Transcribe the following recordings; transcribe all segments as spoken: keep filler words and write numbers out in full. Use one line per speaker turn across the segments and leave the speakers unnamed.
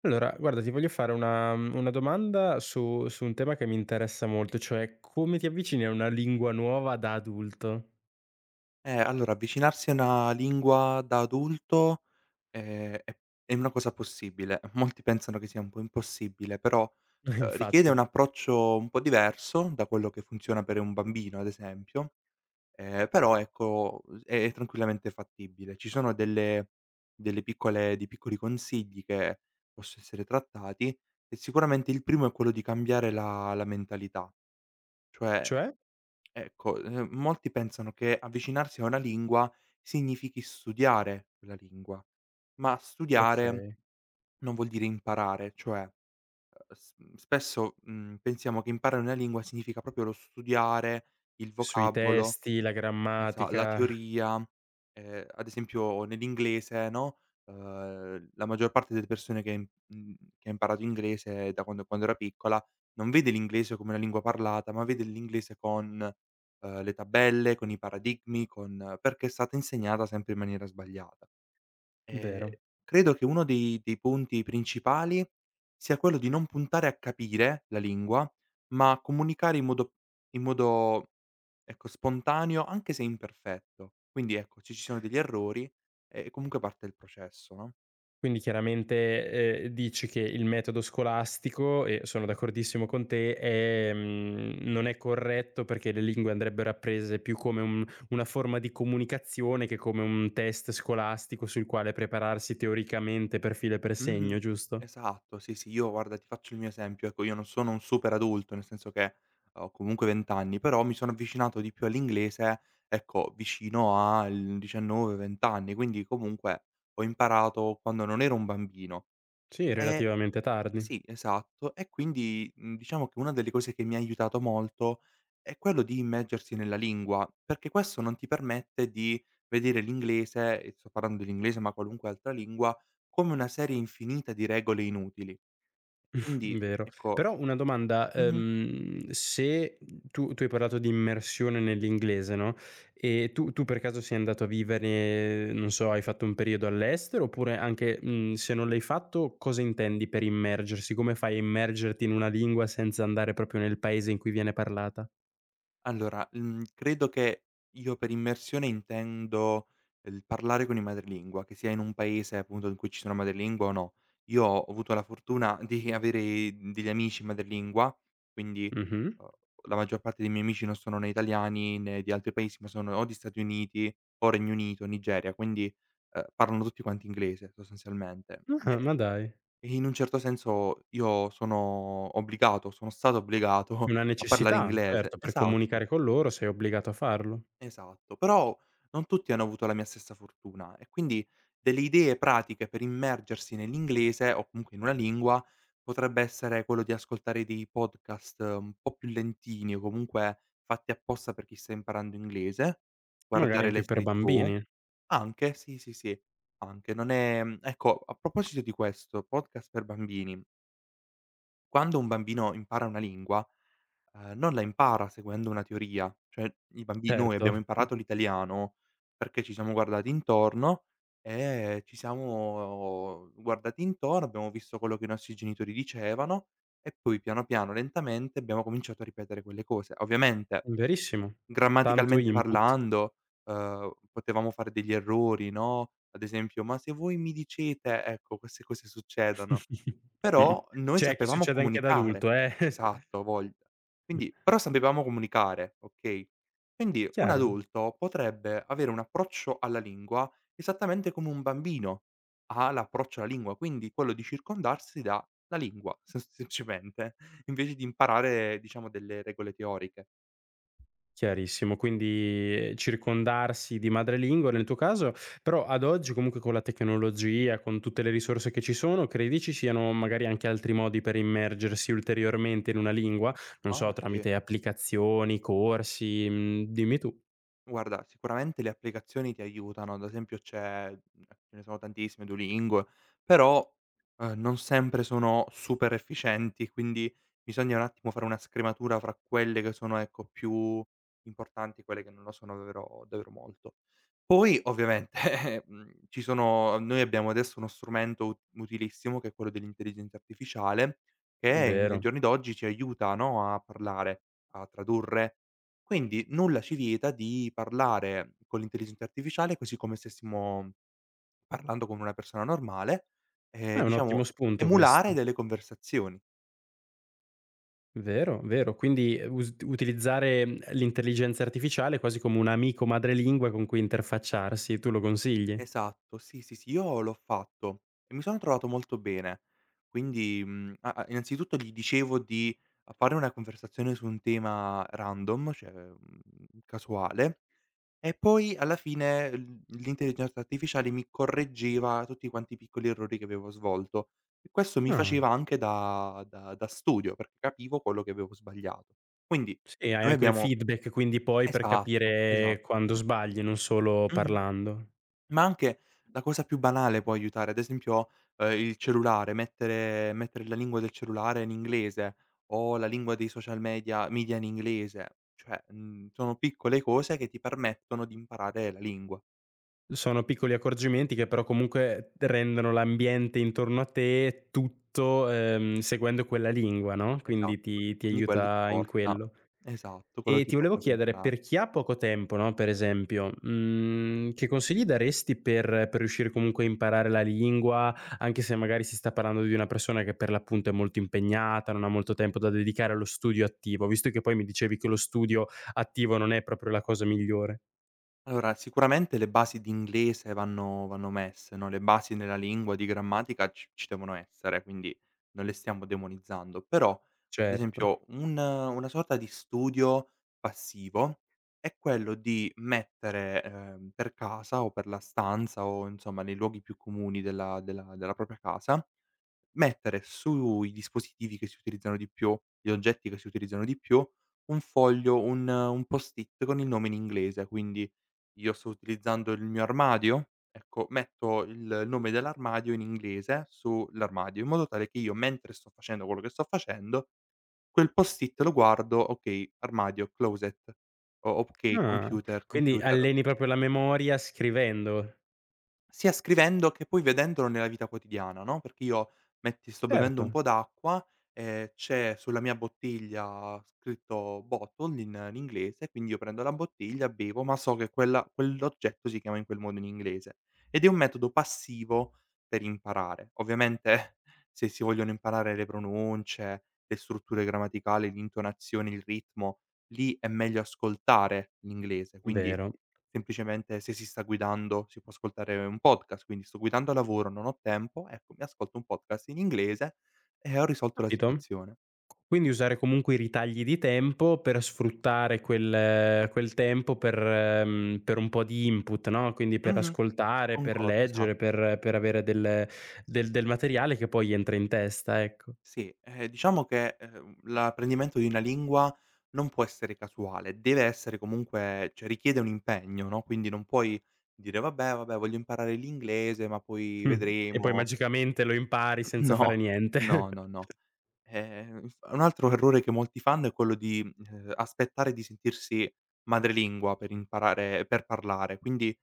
Allora, guarda, ti voglio fare una mhmm, una domanda su su un tema che mi interessa molto, cioè come ti avvicini a una lingua nuova da adulto?
Eh, allora avvicinarsi a una lingua da adulto, ehm, è è una cosa possibile. Molti pensano che sia un po' impossibile, però, ehm, richiede un
Infatti.
approccio un po' diverso da quello che funziona per un bambino, ad esempio, ehm, però ecco, uhm, è tranquillamente fattibile. Ci sono delle delle piccole dei piccoli consigli che posso essere trattati, e sicuramente il primo è quello di cambiare la la mentalità, cioè.
Cioè?
Ecco, ehm, molti pensano che avvicinarsi a una lingua significhi studiare quella lingua, ma studiare
Okay.
non vuol dire imparare. Cioè, ehm, s spesso mhmm, pensiamo che imparare una lingua significa proprio lo studiare, il
Sui
vocabolo.
testi, la
Esa La
grammatica.
teoria, ehm, ad esempio nell'inglese, no, uhm, la maggior parte delle persone che ha im mhmm, che ha imparato inglese da quando quando era piccola, non vede l'inglese come una lingua parlata, ma vede l'inglese con, uhm, le tabelle, con i paradigmi, con, perché è stata insegnata sempre in maniera sbagliata. Ehm,
Vero.
Credo che uno dei dei punti principali sia quello di non puntare a capire la lingua, ma a comunicare in modo in modo, ecco, spontaneo, anche se imperfetto. Quindi ecco, ci ci sono degli errori e comunque parte il processo, no.
Quindi chiaramente, ehm, dici che il metodo scolastico, e sono d'accordissimo con te, è mhmm, non è corretto perché le lingue andrebbero apprese più come un una forma di comunicazione che come un test scolastico sul quale prepararsi teoricamente per filo e per
Mh-mh.
segno, giusto?
Esatto, sì, sì, io guarda ti faccio il mio esempio, ecco, io non sono un super adulto, nel senso che ho comunque venti anni, però mi sono avvicinato di più all'inglese, ecco, vicino al diciannove, venti anni, quindi comunque ho imparato quando non ero un bambino.
Sì,
E
relativamente tardi.
Sì, esatto. E quindi, mhmm, diciamo che una delle cose che mi ha aiutato molto è quello di immergersi nella lingua, perché questo non ti permette di vedere l'inglese, e sto parlando dell'inglese, ma qualunque altra lingua, come una serie infinita di regole inutili. Quindi
Vero.
ecco.
Però una domanda,
Mh-mh. Sì.
ehm, se tu tu hai parlato di immersione nell'inglese, no, e tu tu per caso sei andato a vivere, non so, hai fatto un periodo all'estero oppure anche, mhmm, se non l'hai fatto, cosa intendi per immergersi? Come fai a immergerti in una lingua senza andare proprio nel paese in cui viene parlata?
Allora, mhmm, credo che io per immersione intendo il parlare con i madrelingua, che sia in un paese appunto in cui ci sono madrelingua o no. Io ho avuto la fortuna di avere degli amici madrelingua, quindi,
Mh-mh.
uhm, la maggior parte dei miei amici non sono né italiani né di altri paesi, ma sono o di Stati Uniti o Regno Unito, Nigeria, quindi, uhm, parlano tutti quanti inglese sostanzialmente.
Ah,
E
ma dai.
e in un certo senso io sono obbligato, sono stato obbligato
Una
a parlare
necessità,
inglese.
certo, per
Esatto.
comunicare con loro sei obbligato a farlo.
Esatto, però non tutti hanno avuto la mia stessa fortuna, e quindi delle idee pratiche per immergersi nell'inglese o comunque in una lingua potrebbe essere quello di ascoltare dei podcast, eh, un po' più lentini o comunque fatti apposta per chi sta imparando inglese,
Magari
guardare le
anche per
serie T V,
bambini.
anche, sì, sì, sì, anche. Non è, ecco, a proposito di questo, podcast per bambini, quando un bambino impara una lingua. Ehm, non la impara seguendo una teoria, cioè i bambi noi
Certo.
abbiamo imparato l'italiano perché ci siamo guardati intorno, e ci siamo guardati intorno, abbiamo visto quello che i nostri genitori dicevano, e poi piano piano, lentamente abbiamo cominciato a ripetere quelle cose. Ovviamente,
Mh, verissimo. Tanto
grammaticalmente
input.
parlando, uhm, potevamo fare degli errori, no, ad esempio: "Ma se voi mi dicete", ecco, queste cose succedono. Però noi
Cioè, che
sapevamo
succede anche ad
comunicare.
adulto, eh.
Esatto, ha voglia. Quindi però sapevamo comunicare, okay, quindi un
Chiaro,
adulto potrebbe avere un approccio alla lingua esattamente come un bambino ha l'approccio alla lingua, quindi quello di circondarsi dalla lingua, sem semplicemente, invece di imparare, diciamo, delle regole teoriche.
chiarissimo. Quindi circondarsi di madrelingua nel tuo caso, però ad oggi comunque con la tecnologia, con tutte le risorse che ci sono, credi ci siano magari anche altri modi per immergersi ulteriormente in una lingua? Non so,
Ah, sì.
tramite applicazioni, corsi, mhmm, dimmi tu.
Guarda, sicuramente le applicazioni ti aiutano, ad esempio c'è mhmm, ce ne sono tantissime, Duolingo, però, uhm, non sempre sono super efficienti, quindi bisogna un attimo fare una scrematura fra quelle che sono, ecco, più importanti e quelle che non lo sono davvero davvero molto. Poi ovviamente, mhmm, ci sono noi abbiamo adesso uno strumento ut utilissimo che è quello dell'intelligenza artificiale, che in ai
Vero.
giorni d'oggi ci aiuta, no, a parlare, a tradurre, quindi nulla ci vieta di parlare con l'intelligenza artificiale così come stessimo parlando con una persona normale, ehm,
Ah, è un ottimo
diciamo,
spunto
emulare
questo.
delle conversazioni.
Vero, vero. Quindi eh, us utilizzare, mhmm, l'intelligenza artificiale quasi come un amico madrelingua con cui interfacciarsi, tu lo consigli?
Esatto, sì, sì, sì, io l'ho fatto e mi sono trovato molto bene. Quindi, mhmm, a a innanzitutto gli dicevo di fare una conversazione su un tema random, cioè, mhmm, casuale. E poi alla fine l l'intelligenza artificiale mi correggeva tutti quanti i piccoli errori che avevo svolto, e questo mi
Ah,
faceva anche da da da studio, perché capivo quello che avevo sbagliato. Quindi
sì, hai
noi
anche il
abbiamo
feedback quindi poi per
esatto, esatto.
capire quando sbagli, non solo
Mh-mh.
parlando.
Ma anche la cosa più banale può aiutare, ad esempio, ehm, il cellulare, mettere mettere la lingua del cellulare in inglese, o la lingua dei social media media in inglese, cioè, mhmm, sono piccole cose che ti permettono di imparare la lingua.
Sono piccoli accorgimenti che però comunque rendono l'ambiente intorno a te tutto, ehm, seguendo quella lingua, no, quindi
Esatto,
ti
e
ti
quindi quello ti
aiuta in
porta
quello.
esatto, quello
E
ti
ti volevo
porta poi a
chiedere,
imparare.
per chi ha poco tempo, no, per esempio, mhmm, che consigli daresti per per riuscire comunque a imparare la lingua, anche se magari si sta parlando di una persona che per l'appunto è molto impegnata, non ha molto tempo da dedicare allo studio attivo, visto che poi mi dicevi che lo studio attivo non è proprio la cosa migliore.
Allora, sicuramente le basi di inglese vanno vanno messe, no, le basi nella lingua di grammatica c ci devono essere, quindi non le stiamo demonizzando, però ad
Certo.
esempio un una sorta di studio passivo è quello di mettere, ehm, per casa o per la stanza o insomma nei luoghi più comuni della della della propria casa, mettere sui dispositivi che si utilizzano di più, gli oggetti che si utilizzano di più, un foglio, un un post-it con il nome in inglese. Quindi io sto utilizzando il mio armadio, ecco, metto il nome dell'armadio in inglese sull'armadio, in modo tale che io, mentre sto facendo quello che sto facendo, quel post-it lo guardo: "Okay, armadio, closet", o okay,
Ah,
computer,
quindi
computer.
alleni proprio la memoria scrivendo.
Sia scrivendo che poi vedendolo nella vita quotidiana, no, perché io, metti, sto bevendo
Certo,
un po' d'acqua, ehm, c'è sulla mia bottiglia scritto bottle in in inglese, quindi io prendo la bottiglia, bevo, ma so che quella quell'oggetto si chiama in quel modo in inglese. Ed è un metodo passivo per imparare. Ovviamente, se si vogliono imparare le pronunce, le strutture grammaticali, l'intonazione, il ritmo, lì è meglio ascoltare l'inglese. Quindi
vero.
semplicemente, se si sta guidando, si può ascoltare un podcast. Quindi sto guidando a lavoro, non ho tempo, ecco mi ascolto un podcast in inglese e ho risolto la
Capito?
situazione.
Quindi usare comunque i ritagli di tempo per sfruttare quel quel tempo per mhmm, per un po' di input, no, quindi per
Mh-mh,
ascoltare, per
concordo,
leggere,
esatto.
per per avere del del del materiale che poi entra in testa, ecco.
Sì, ehm, diciamo che, ehm, l'apprendimento di una lingua non può essere casuale, deve essere comunque, cioè, richiede un impegno, no, quindi non puoi dire: "Vabbè, vabbè voglio imparare l'inglese, ma poi
Mh. E poi
vedremo".
magicamente lo impari senza fare
No,
niente.
no, no, no. Ehm, inf Un altro errore che molti fanno è quello di, ehm, aspettare di sentirsi madrelingua per imparare per parlare, quindi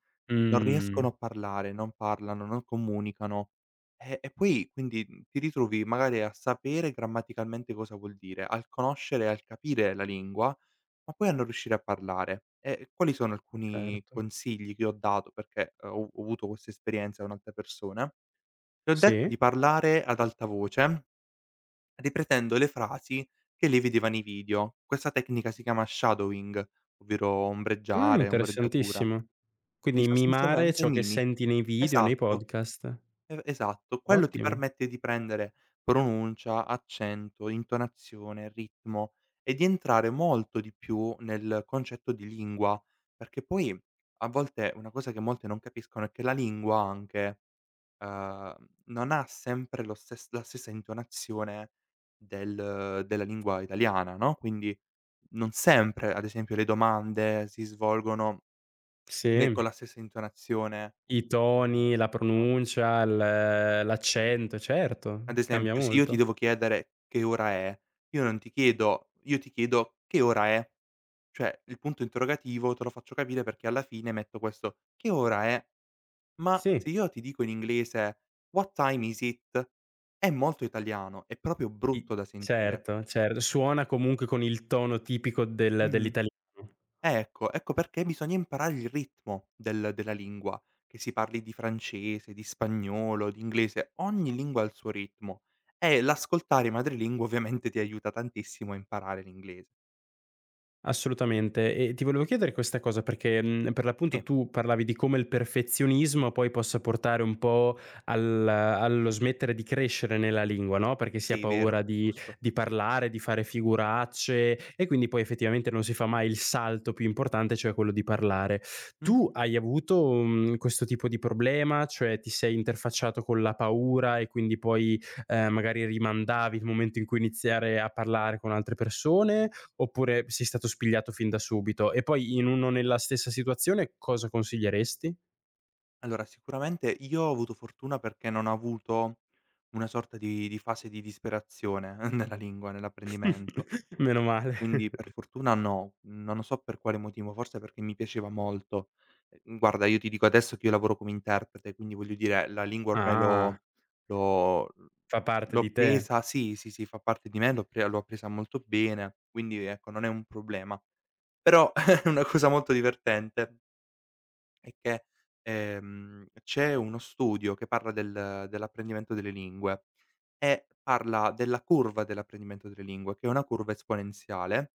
non
Mh,
riescono a parlare, non parlano, non comunicano, e e poi quindi, mhmm, ti ritrovi magari a sapere grammaticalmente cosa vuol dire, al conoscere e al capire la lingua, ma poi a non riuscire a parlare. E quali sono alcuni
certo.
consigli che ho dato, perché eh, ho ho avuto questa esperienza con altre persone? Le ho detto
Sì.
di parlare ad alta voce ripetendo le frasi che lei vedeva nei video. Questa tecnica si chiama shadowing, ovvero
Ah,
ombreggiare, ombreggiatura.
interessantissimo.
Sì,
Quindi mimare
sostanzialmente
ciò che
mimi.
senti nei video, nei
Esatto,
podcast.
e esatto. Quello ti
Ottimo.
permette di prendere pronuncia, accento, intonazione, ritmo, e di entrare molto di più nel concetto di lingua, perché poi a volte una cosa che molte non capiscono è che la lingua anche, uhm, non ha sempre lo stes la stessa intonazione del della lingua italiana, no, quindi non sempre, ad esempio, le domande si svolgono ne con
Sì.
la stessa intonazione,
I
uhm,
toni, la pronuncia, l l'accento, certo,
ad
cambia
esempio se io ti devo
molto.
chiedere: "Che ora è?" Io non ti chiedo, io ti chiedo: "Che ora è?" Cioè il punto interrogativo te lo faccio capire perché alla fine metto questo: "Che ora è?" Ma
Sì,
se io ti dico in inglese: "What time is it?" È molto italiano, è proprio
i
brutto da sentire.
certo, cer suona comunque con il tono tipico del
Mh-mh.
dell'italiano.
Eh, ecco, ecco perché bisogna imparare il ritmo del della lingua, che si parli di francese, di spagnolo, di inglese, ogni lingua ha il suo ritmo, e l'ascoltare i madrelingua ovviamente ti aiuta tantissimo a imparare l'inglese.
Assolutamente. E ti volevo chiedere questa cosa perché, mhmm, per
Sì,
l'appunto tu parlavi di come il perfezionismo poi possa portare un po' al allo smettere di crescere nella lingua, no, perché si ha
sì, vero,
paura di
giusto.
di parlare, di fare figuracce e quindi poi effettivamente non si fa mai il salto più importante, cioè quello di parlare.
Mh.
Tu hai avuto, mhmm, questo tipo di problema? Cioè ti sei interfacciato con la paura e quindi poi, ehm, magari rimandavi il momento in cui iniziare a parlare con altre persone, oppure sei stato spigliato fin da subito? E poi in uno nella stessa situazione cosa consiglieresti?
Allora, sicuramente io ho avuto fortuna perché non ho avuto una sorta di di fase di disperazione nella lingua, nell'apprendimento.
Meno male.
Quindi per fortuna no, non lo so per quale motivo, forse perché mi piaceva molto. Ehm, guarda, io ti dico adesso che io lavoro come interprete, quindi voglio dire la lingua ormai
Ah,
l'ho l'ho
fa parte
l'ho
di te.
presa, sì, sì, sì, fa parte di me, l'ho pre l'ho appresa molto bene, quindi ecco non è un problema. Però è una cosa molto divertente è che, ehm, c'è uno studio che parla del dell'apprendimento delle lingue e parla della curva dell'apprendimento delle lingue, che è una curva esponenziale.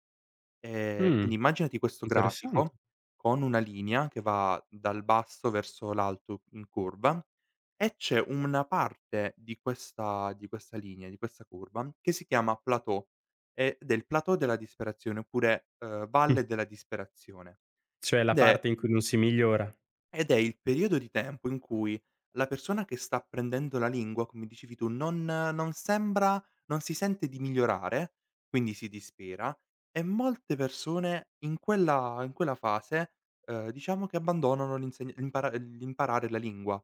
Ehm,
Mh,
quindi immaginati questo
interessante.
grafico con una linea che va dal basso verso l'alto in curva, e c'è una parte di questa di questa linea, di questa curva, che si chiama plateau, ed è il plateau della disperazione oppure, uhm,
Mh.
valle della disperazione,
Cioè
ed
la
è
parte in cui non si migliora.
ed è il periodo di tempo in cui la persona che sta apprendendo la lingua, come dicevi tu, non non sembra non si sente di migliorare, quindi si dispera, e molte persone in quella in quella fase, uhm, diciamo che abbandonano l'insegn l'impara l'imparare la lingua.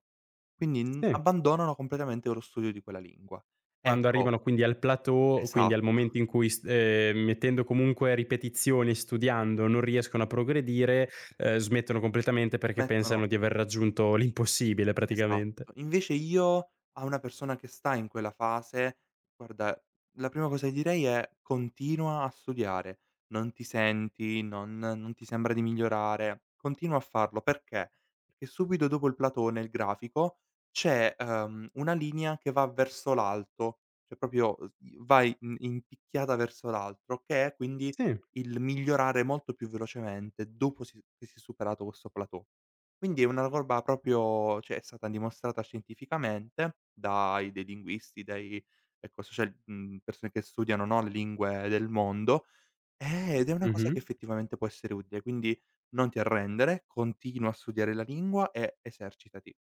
Quindi, mhmm,
Sì,
abbandonano completamente lo studio di quella lingua.
quando
Ecco,
arrivano quindi al plateau, quindi
esatto.
al momento in cui s ehm, mettendo comunque ripetizioni, studiando, non riescono a progredire, ehm, smettono completamente perché pensano
mettono
di aver raggiunto l'impossibile praticamente.
Esatto. Invece io, a una persona che sta in quella fase, guarda, la prima cosa che direi è: "Continua a studiare, non ti senti, non non ti sembra di migliorare, continua a farlo." Perché? Perché subito dopo il platò nel grafico c'è, ehm, una linea che va verso l'alto, cioè proprio, uhm, i vai in in picchiata verso l'altro, che è quindi
Sì.
il migliorare molto più velocemente dopo si che si è superato questo platò. Quindi è una roba proprio, cioè, è stata dimostrata scientificamente dai dei linguisti, dai ecco social mhmm, persone che studiano, no, le lingue del mondo, eh, ed è una cosa che
Mh-mh.
effettivamente può essere utile. Quindi non ti arrendere, continua a studiare la lingua e esercitati.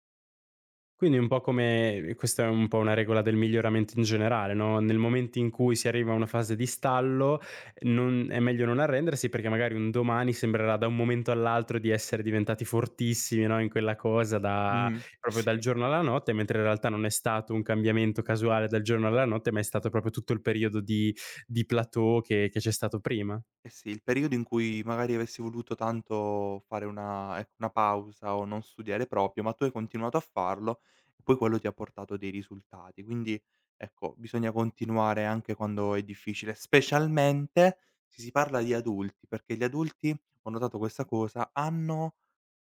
Quindi un po' come questa è un po' una regola del miglioramento in generale, no, nel momento in cui si arriva a una fase di stallo, non è meglio non arrendersi perché magari un domani sembrerà da un momento all'altro di essere diventati fortissimi, no, in quella cosa da
Mh-mh.
proprio dal
Sì.
giorno alla notte, mentre in realtà non è stato un cambiamento casuale dal giorno alla notte, ma è stato proprio tutto il periodo di di plateau che che c'è stato prima.
Eh sì, il periodo in cui magari avessi voluto tanto fare una ecco, una pausa o non studiare proprio, ma tu hai continuato a farlo e poi quello ti ha portato dei risultati. Quindi, ecco, bisogna continuare anche quando è difficile, specialmente se si parla di adulti, perché gli adulti, ho notato questa cosa, hanno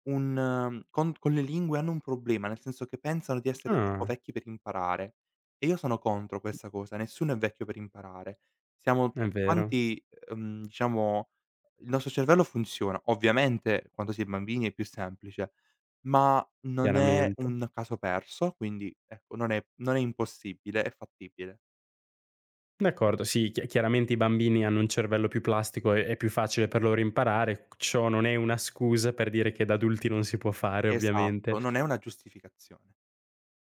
un ehm, con con le lingue hanno un problema, nel senso che pensano di essere troppo
Ah,
vecchi per imparare, e io sono contro questa cosa, nessuno è vecchio per imparare. Siamo
è
tutti
vero,
quanti, ehm, diciamo il nostro cervello funziona. Ovviamente quando si è bambini è più semplice, ma non è
chiaramente.
un caso perso, quindi ecco non è non è impossibile, è fattibile.
D'accordo, sì, chi chiaramente i bambini hanno un cervello più plastico e è più facile per loro imparare, ciò non è una scusa per dire che da adulti non si può fare
Esatto,
ovviamente.
non è una giustificazione.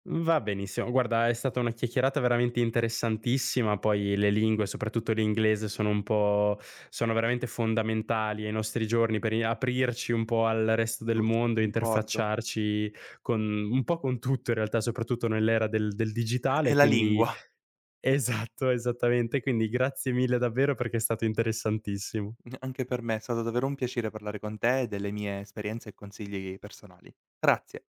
Va benissimo, guarda è stata una chiacchierata veramente interessantissima, poi le lingue, soprattutto l'inglese sono un po' sono veramente fondamentali ai nostri giorni per i aprirci un po' al resto del
Giusto,
mondo,
concordo.
interfacciarci con un po' con tutto in realtà, soprattutto nell'era del del
È
digitale,
la
quindi
lingua.
esatto, esattamente. Quindi grazie mille davvero perché è stato interessantissimo.
Mh, anche per me è stato davvero un piacere parlare con te delle mie esperienze e consigli personali. Grazie.